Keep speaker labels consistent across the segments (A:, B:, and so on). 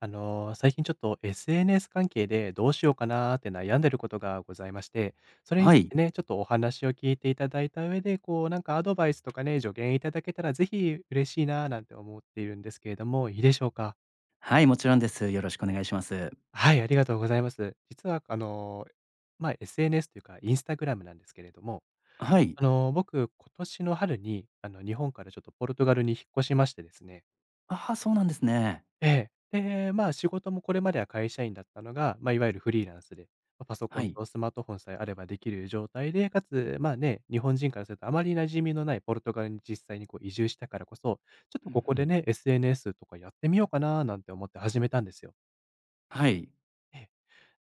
A: 最近ちょっと SNS 関係でどうしようかなーって悩んでることがございまして、それに
B: は
A: つい
B: い。
A: てね、ちょっとお話を聞いていただいた上で、なんかアドバイスとかね、助言いただけたらぜひ嬉しいなーなんて思っているんですけれども、いいでしょうか？
B: はい、もちろんです。よろしくお願いします。
A: はい、ありがとうございます。実は、SNS というか、インスタグラムなんですけれども、
B: はい。
A: 僕、今年の春に、日本からちょっとポルトガルに引っ越しましてですね、
B: ああ、そうなんですね。
A: ええ。で、まあ、仕事もこれまでは会社員だったのが、まあ、いわゆるフリーランスで、ま、パソコ
B: は
A: ン
B: い。
A: とスマートフォンさえあればできる状態で、かつ、まあね、日本人からするとあまり馴染みのないポルトガルに実際にこう移住したからこそ、ちょっと
B: うん
A: こ
B: う
A: こで
B: ん。
A: ね、SNS とかやってみようかななんて思って始めたんですよ。
B: はい。
A: え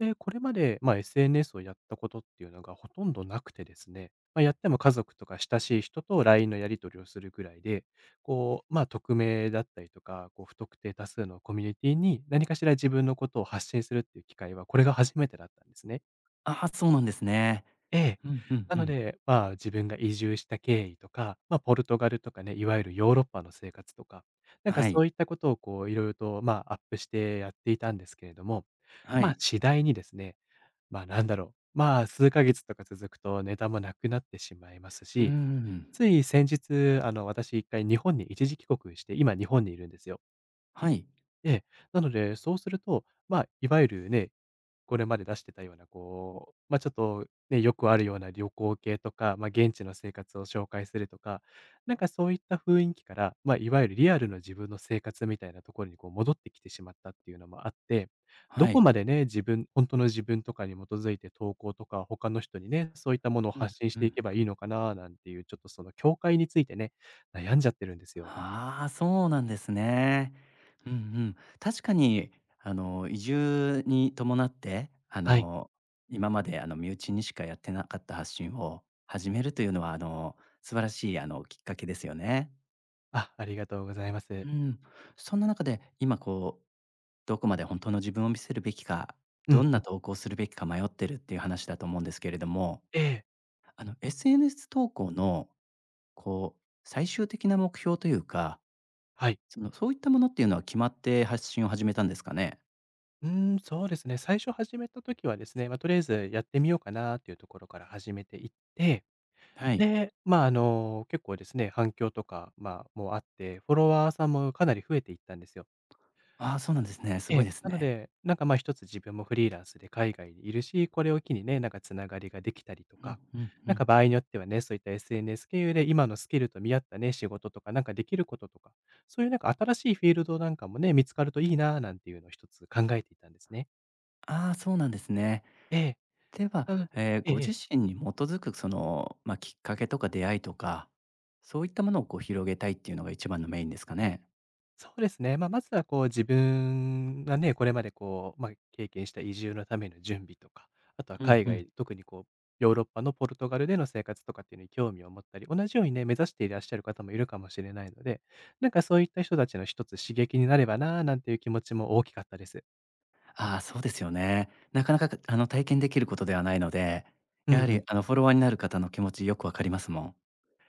A: え。で、これまで、まあ、SNS をやったことっていうのがほとんどなくてですね、まあ、やっても家族とか親しい人と LINE のやり取りをするぐらいで、こう、まあ、匿名だったりとか、こう、不特定多数のコミュニティに何かしら自分のことを発信するっていう機会は、これが初めてだったんですね。
B: ああ、そうなんですね。
A: ええ。
B: うんうん
A: な
B: う
A: の
B: ん。
A: で、まあ、自分が移住した経緯とか、まあ、ポルトガルとかね、いわゆるヨーロッパの生活とか、なんか
B: はい。
A: そういったことをこういろいろと、まあ、アップしてやっていたんですけれども、
B: は
A: まあ、
B: い。
A: 次第にですね、まあ、数ヶ月とか続くとネタもなくなってしまいます
B: うー
A: し、
B: ん。
A: つい先日、私一回日本に一時帰国して、今日本にいるんですよ。
B: はい。
A: でなので、そうすると、まあ、いわゆるね、これまで出してたような、こう、ま、ちょっとね、よくあるような旅行系とか、ま、現地の生活を紹介するとか、なんかそういった雰囲気から、ま、いわゆるリアルの自分の生活みたいなところにこう戻ってきてしまったっていうのもあって、ど
B: は
A: こ
B: い。
A: までね、自分本当の自分とかに基づいて投稿とか、他の人にね、そういったものを
B: うん
A: 発信し
B: う
A: てい
B: ん。
A: けばいいのかななんていう、ちょっとその境界についてね、悩んじゃってるんですよ。
B: ああ、そうなんですね。うんうん。確かに、移住に伴って、
A: はい。
B: 今まで、身内にしかやってなかった発信を始めるというのは、素晴らしい、きっかけですよね。
A: あ、ありがとうございま
B: う
A: す。
B: ん、そんな中で今こう、どこまで本当の自分を見せるべきか、
A: う
B: ど
A: ん
B: ん
A: う
B: な
A: ん。
B: 投稿するべきか迷ってるっていう話だと思うんですけれども、
A: ええ。
B: SNS 投稿のこう最終的な目標というか、
A: はい。
B: そういったものっていうのは決まって発信を始めたんですかね？
A: うーん、そうですね。最初始めた時はですね、まあ、とりあえずやってみようかなっていうところから始めていって、
B: はい。
A: で、まあ、結構ですね、反響とか、まあ、もうあって、フォロワーさんもかなり増えていったんですよ。
B: ああ、そうなんですね。す
A: え
B: ごい
A: え、
B: です
A: なの
B: ね。
A: で、なんか、ま、一つ自分もフリーランスで海外にいるし、これを機にね、なんかつながりができたりと
B: うん
A: か、
B: うんう
A: なんか
B: ん。
A: 場合によってはね、そういった SNS 経由で今のスキルと見合ったね、仕事とか、なんかできることとか、そういうなんか新しいフィールドなんかもね、見つかるといいななんていうのを一つ考えていたんですね。
B: ああ、そうなんですね。
A: ええ。
B: で
A: なの
B: は、
A: で、ええ
B: ご
A: え
B: 自
A: え、
B: 身に基づくその、まあ、きっかけとか出会いとか、そういったものをこう広げたいっていうのが一番のメインですかね？
A: そうですね。まあ、まずはこう自分がね、これまでこう、まあ、経験した移住のための準備とか、あとは
B: うん
A: 海
B: うん。
A: 外、特にこうヨーロッパのポルトガルでの生活とかっていうのに興味を持ったり、同じようにね、目指していらっしゃる方もいるかもしれないので、なんかそういった人たちの一つ刺激になればな、なんていう気持ちも大きかったです。
B: ああ、そうですよね。なかなか、体験できることではないので、
A: うん
B: やは
A: う
B: り、
A: ん。
B: フォロワーになる方の気持ちよくわかりますもん。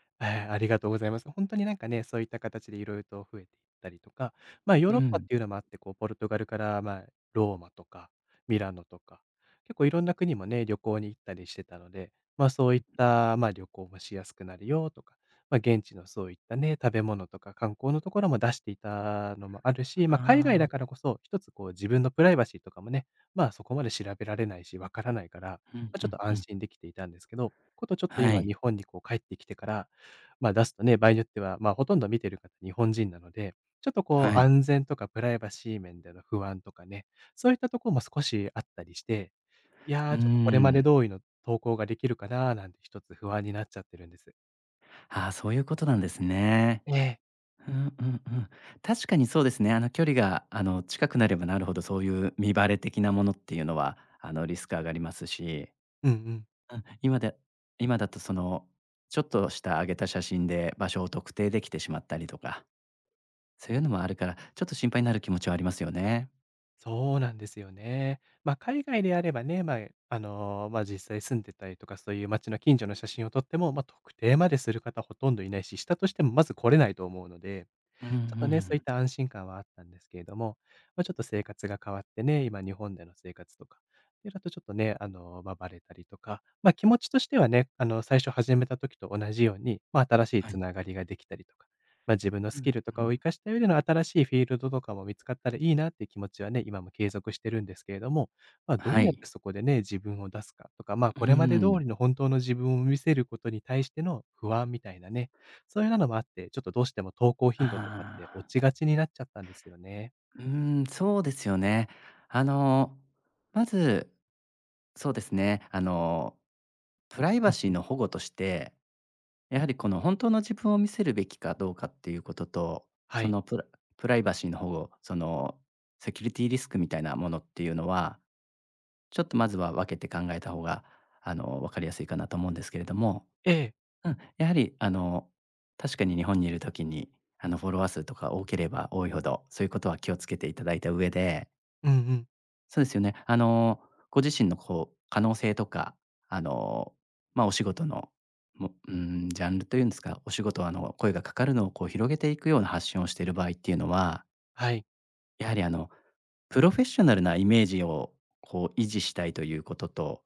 A: はいありがとうございます。本当になんかね、そういった形でいろいろと増えていったりとか、まあ、ヨ
B: う
A: ーロッパっ
B: ん。
A: ていうのもあって、こう、ポルトガルから、まあ、ローマとかミラノとか、結構いろんな国もね、旅行に行ったりしてたので、ま、そう
B: う
A: い
B: ん。
A: った、ま、旅行もしやすくなるよとか、ま、現地のそういったね、食べ物とか観光のところも出していたのもあるし、ま、海
B: あ
A: 外
B: あ、
A: だからこそ、一つこう、自分のプライバシーとかもね、まあ、そこまで調べられないし、わからないから、ま
B: うん
A: あ、
B: う
A: ちょっ
B: ん
A: と
B: う
A: 安
B: ん。
A: 心できていたんですけど、ことちょっと
B: は
A: 今
B: い、
A: 日本にこう帰ってきてから、まあ、出すとね、場合によっては、まあ、ほとんど見てる方日本人なので、ちょっとこ
B: は
A: う
B: い。
A: 安全とかプライバシー面での不安とかね、そういったところも少しあったりして、い
B: う
A: や
B: ー
A: ー、ちょっとこれまで
B: ん。
A: 通りの投稿ができるかなーなんて一つ不安になっちゃってるんです。
B: ああ、そういうことなんですね。
A: ええ。
B: うんうんうん。確かにそうですね。距離が、近くなればなるほど、そういう見バレ的なものっていうのは、リスク上がりますし、
A: うんうん。
B: うん、今だと、その、ちょっとした上げた写真で場所を特定できてしまったりとかそういうのもあるから、ちょっと心配になる気持ちはありますよね。
A: そうなんですよね。まあ、海外であればね、まあ、実際住んでたりとか、そういう街の近所の写真を撮っても、まあ、特定までする方ほとんどいないし、したとしてもまず来れないと思うので、
B: うんう
A: ちょっとね、そういっ
B: ん。
A: た安心感はあったんですけれども、まあ、ちょっと生活が変わってね、今日本での生活とか、で、だとちょっとね、まあ、バレたりとか、ま、気持ちとしてはね、最初始めた時と同じように、ま、新しい
B: は
A: つ
B: い。
A: ながりができたりとか、ま、自分の
B: う
A: ス
B: ん、
A: キルと
B: う
A: か
B: ん。
A: を活かした上での新しいフィールドとかも見つかったらいいなっていう気持ちはね、今も継続してるんですけれども、まあ、ど
B: は
A: うやっ
B: い。
A: てそこでね、自分を出すかとか、まあ、
B: うー
A: これまで通
B: ん。
A: りの本当の自分を見せることに対しての不安みたいなね、そういなのもあって、ちょっとどうしても投稿頻度とかっ
B: あ
A: て落
B: あ。
A: ちがちになっちゃったんですよね。
B: うーん、そうですよね。あの、まず、そうですね、プライ
A: う
B: バ
A: ん
B: シー
A: うん。
B: の保護として、やはりこの本当の自分を見せるべきかどうかっていうことと、
A: は
B: そ
A: い。
B: のプライバシーの保護、そのセキュリティリスクみたいなものっていうのは、ちょっとまずは分けて考えた方が、分かりやすいかなと思うんですけれども。
A: ええ。
B: うん、やはり確かに日本にいる時に、フォロワー数とか多ければ多いほど、そういうことは気をつけていただいた上で、
A: うんうん。
B: そうですよね、ご自身のこう、可能性とか、あの、ま、お仕事の、もうん、ジャンルというんですか、お仕事、声がかかるのをこう広げていくような発信をしている場合っていうのは、
A: はい。
B: やはりプロフェッショナルなイメージをこう維持したいということと、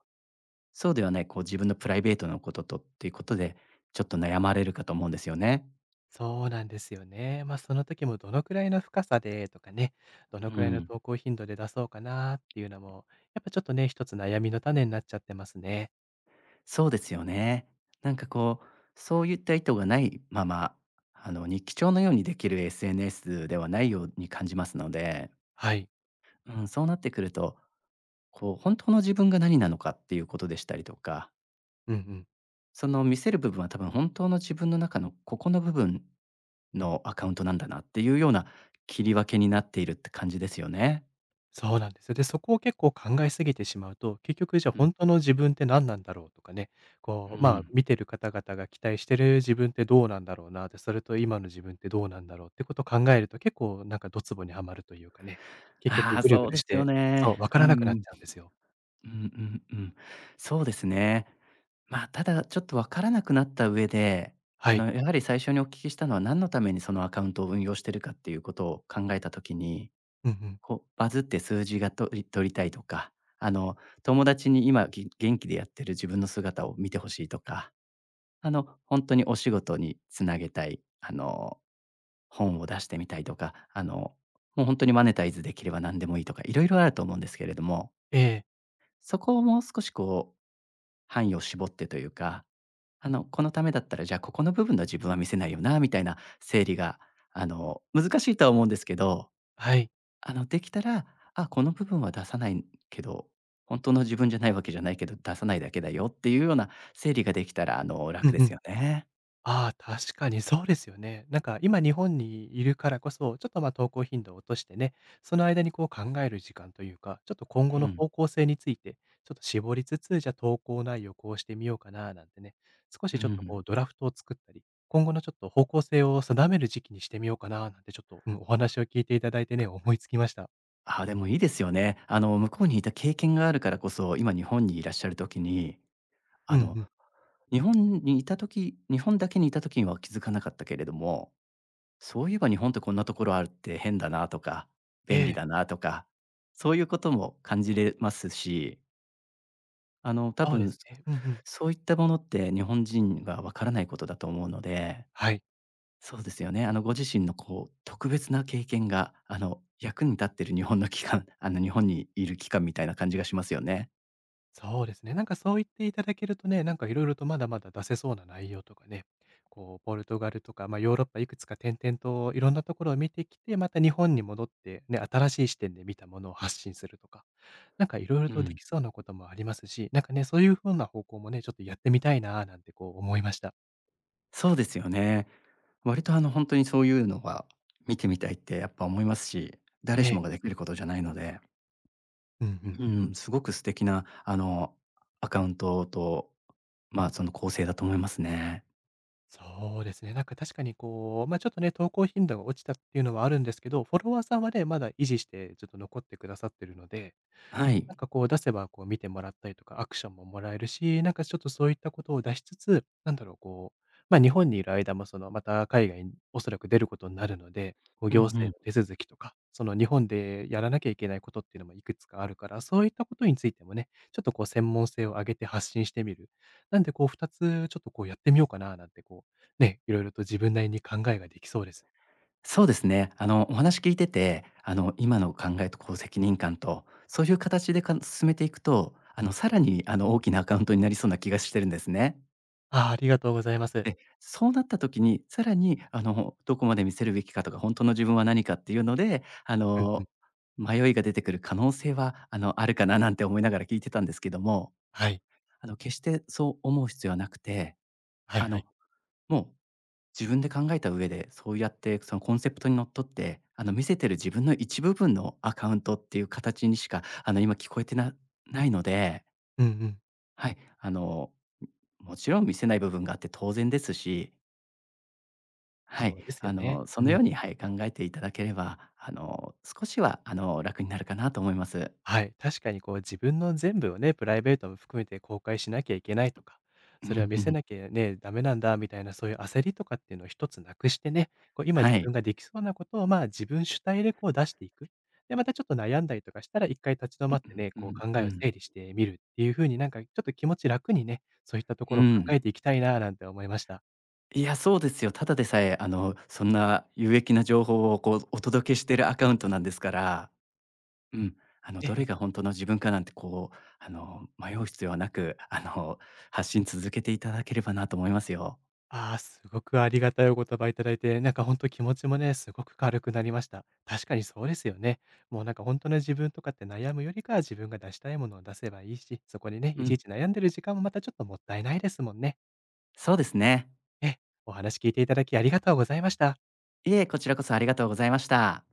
B: そうではないこう自分のプライベートのこととっていうことで、ちょっと悩まれるかと思うんですよね。
A: そうなんですよね。ま、その時もどのくらいの深さでとかね、ど
B: う
A: のくらいの
B: ん、
A: 投稿頻度で出そうかなっていうのも、やっぱちょっとね、一つ悩みの種になっちゃってますね。
B: そうですよね。なんかこう、そういった意図がないまま、あの日記帳のようにできる SNS ではないように感じますので、
A: はい。
B: うん、そうなってくると、こう本当の自分が何なのかっていうことでしたりとか、
A: うんうん。
B: その見せる部分は多分本当の自分の中のここの部分のアカウントなんだなっていうような切り分けになっているって感じですよね。
A: そうなんですよ。で、そこを結構考えすぎてしまうと、結局じゃあ
B: うん、
A: 本当の自分って何なんだろうとかね、
B: う
A: こう、まあ、
B: ん。
A: 見てる方々が期待してる自分ってどうなんだろうなって、それと今の自分ってどうなんだろうってことを考えると、結構なんかドツボにはまるというかね、結
B: あ
A: 局
B: あ、
A: ぐるぐ
B: そう
A: る
B: で
A: し
B: すよ
A: て、そ
B: ね。
A: う、わか
B: う
A: らなくなっ
B: ん。
A: ちゃうんですよ。
B: うんうんうん。そうですね。まあ、ただちょっとわからなくなった上で、
A: はい。
B: やはり最初にお聞きしたのは何のためにそのアカウントを運用してるかっていうことを考えたときに、
A: うんうん。
B: こうバズって数字が取りたいとか、あの、友達に今元気でやってる自分の姿を見てほしいとか、本当にお仕事につなげたい、本を出してみたいとか、もう本当にマネタイズできれば何でもいいとか、いろいろあると思うんですけれども、
A: ええ、
B: そこをもう少しこう範囲を絞ってというか、このためだったら、じゃあ、ここの部分の自分は見せないよなみたいな整理が、難しいとは思うんですけど、
A: はい。
B: できたら、あ、この部分は出さないけど、本当の自分じゃないわけじゃないけど、出さないだけだよっていうような整理ができたら、
A: う
B: 楽
A: ん
B: で
A: う
B: す
A: ん。
B: よね。
A: ああ、確かにそうですよね。なんか今日本にいるからこそ、ちょっとまあ投稿頻度を落としてね、その間にこう考える時間というか、ちょっと今後
B: う
A: の
B: ん。
A: 方向性について、ちょっと絞りつつ、じゃあ投稿内容こうしてみようかななんてね、少
B: う
A: しちょっとこ
B: ん。
A: うドラフトを作ったり、今後のちょっと方向性を定める時期にしてみようかななんてちょっと、うん、お話を聞いていただいてね、思いつきました。
B: あでもいいですよね。向こうにいた経験があるからこそ、今日本にいらっしゃる時に、あ
A: うんう
B: の、
A: ん。
B: 日本日本だけにいた時には気づかなかったけれどもそういえば日本ってこんなところあるって変だなとか、
A: え
B: 便利
A: え、
B: だなとか、そういうことも感じれますし、多
A: そうで
B: 分、そ
A: すね。うんうん。
B: そういったものって日本人がわからないことだと思うので、
A: はい。
B: そうですよね。ご自身のこう、特別な経験が、役に立ってる日本の期間 日本にいる期間みたいな感じがしますよね。
A: そうですね。なんかそう言っていただけるとね、なんかいろいろとまだまだ出せそうな内容とかね、こうポルトガルとか、ま、ヨーロッパいくつか点々といろんなところを見てきて、また日本に戻って、ね、新しい視点で見たものを発信するとか、なんかいろいろ
B: う
A: とで
B: ん。
A: きそうなこともありますし、なんかね、そういう風な方向もね、ちょっとやってみたいななんてこう思いました。
B: そうですよね。割と本当にそういうのは見てみたいってやっぱ思いますし、誰
A: え
B: し
A: え。
B: もができることじゃないので。
A: うんうん。
B: うん、すごく素敵な、アカウントと、まあ、その構成だと思いますね。
A: そうですね。なんか確かにこう、ま、ちょっとね、投稿頻度が落ちたっていうのはあるんですけど、フォロワーさんはね、まだ維持してちょっと残ってくださってるので、
B: はい。
A: なんかこう出せばこう見てもらったりとか、アクションももらえるし、なんかちょっとそういったことを出しつつ、なんだろう、こう、ま、日本にいる間もそのまた海外におそらく出ることになるので、こう
B: うんう
A: 行政
B: ん。
A: の手続きとか、その日本でやらなきゃいけないことっていうのもいくつかあるから、そういったことについてもね、ちょっとこう専門性を上げて発信してみる。なんでこう2つちょっとこうやってみようかななんてこう、ね、いろいろと自分なりに考えができそうです。
B: そうですね。お話聞いてて、今の考えとこう責任感と、そういう形でか進めていくと、さらに、大きなアカウントになりそうな気がしてるんですね。
A: ああ、ありがとうございます。
B: で、そうなった時に、さらに、どこまで見せるべきかとか、本当の自分は何かっていうので、
A: うんうん。
B: 迷いが出てくる可能性は、あるかななんて思いながら聞いてたんですけども、
A: はい。
B: 決してそう思う必要はなくて、
A: はい
B: あ
A: は
B: の、
A: い。
B: もう自分で考えた上で、そうやってそのコンセプトにのっとって、見せてる自分の一部分のアカウントっていう形にしか、今聞こえてないので、
A: うんうん。
B: はい、もちろん見せない部分があって当然ですし、は
A: そ
B: い、
A: うですよね。
B: そ
A: う
B: のよう
A: ん。
B: に、はい、考えていただければ、少しは、楽になるかなと思います。
A: はい、確かにこう自分の全部をね、プライベートも含めて公開しなきゃいけないとか、
B: う
A: それを
B: ん
A: 見
B: う
A: せ
B: ん。
A: なきゃね、ダメなんだみたいなそういう焦りとかっていうのを一つなくしてね、こう今自
B: はい。
A: 分ができそうなことをまあ自分主体でこう出していく。で、またちょっと悩んだりとかしたら一回立ち止まってね、
B: うんう
A: こう
B: ん
A: 考
B: う
A: え
B: んう
A: を
B: ん。
A: 整理してみるっていう風になんかちょっと気持ち楽にね、そういったと
B: う
A: ころを考
B: ん。
A: えていきたいななんて思いました。
B: いや、そうですよ。ただでさえ、そんな有益な情報をこうお届けしてるアカウントなんですから、うん、
A: え
B: どれが
A: え。
B: 本当の自分かなんてこう、迷う必要はなく、発信続けていただければなと思いますよ。
A: ああ、すごくありがたいお言葉いただいて、なんか本当気持ちもね、すごく軽くなりました。確かにそうですよね。もうなんか本当の自分とかって悩むよりかは自分が出したいものを出せばいいし、そこでね、
B: う
A: いちい
B: ん、
A: ち悩んでる時間もまたちょっともったいないですもんね。
B: そうですね。
A: ええ、お話聞いていただきありがとうございました。
B: いえ、こちらこそありがとうございました。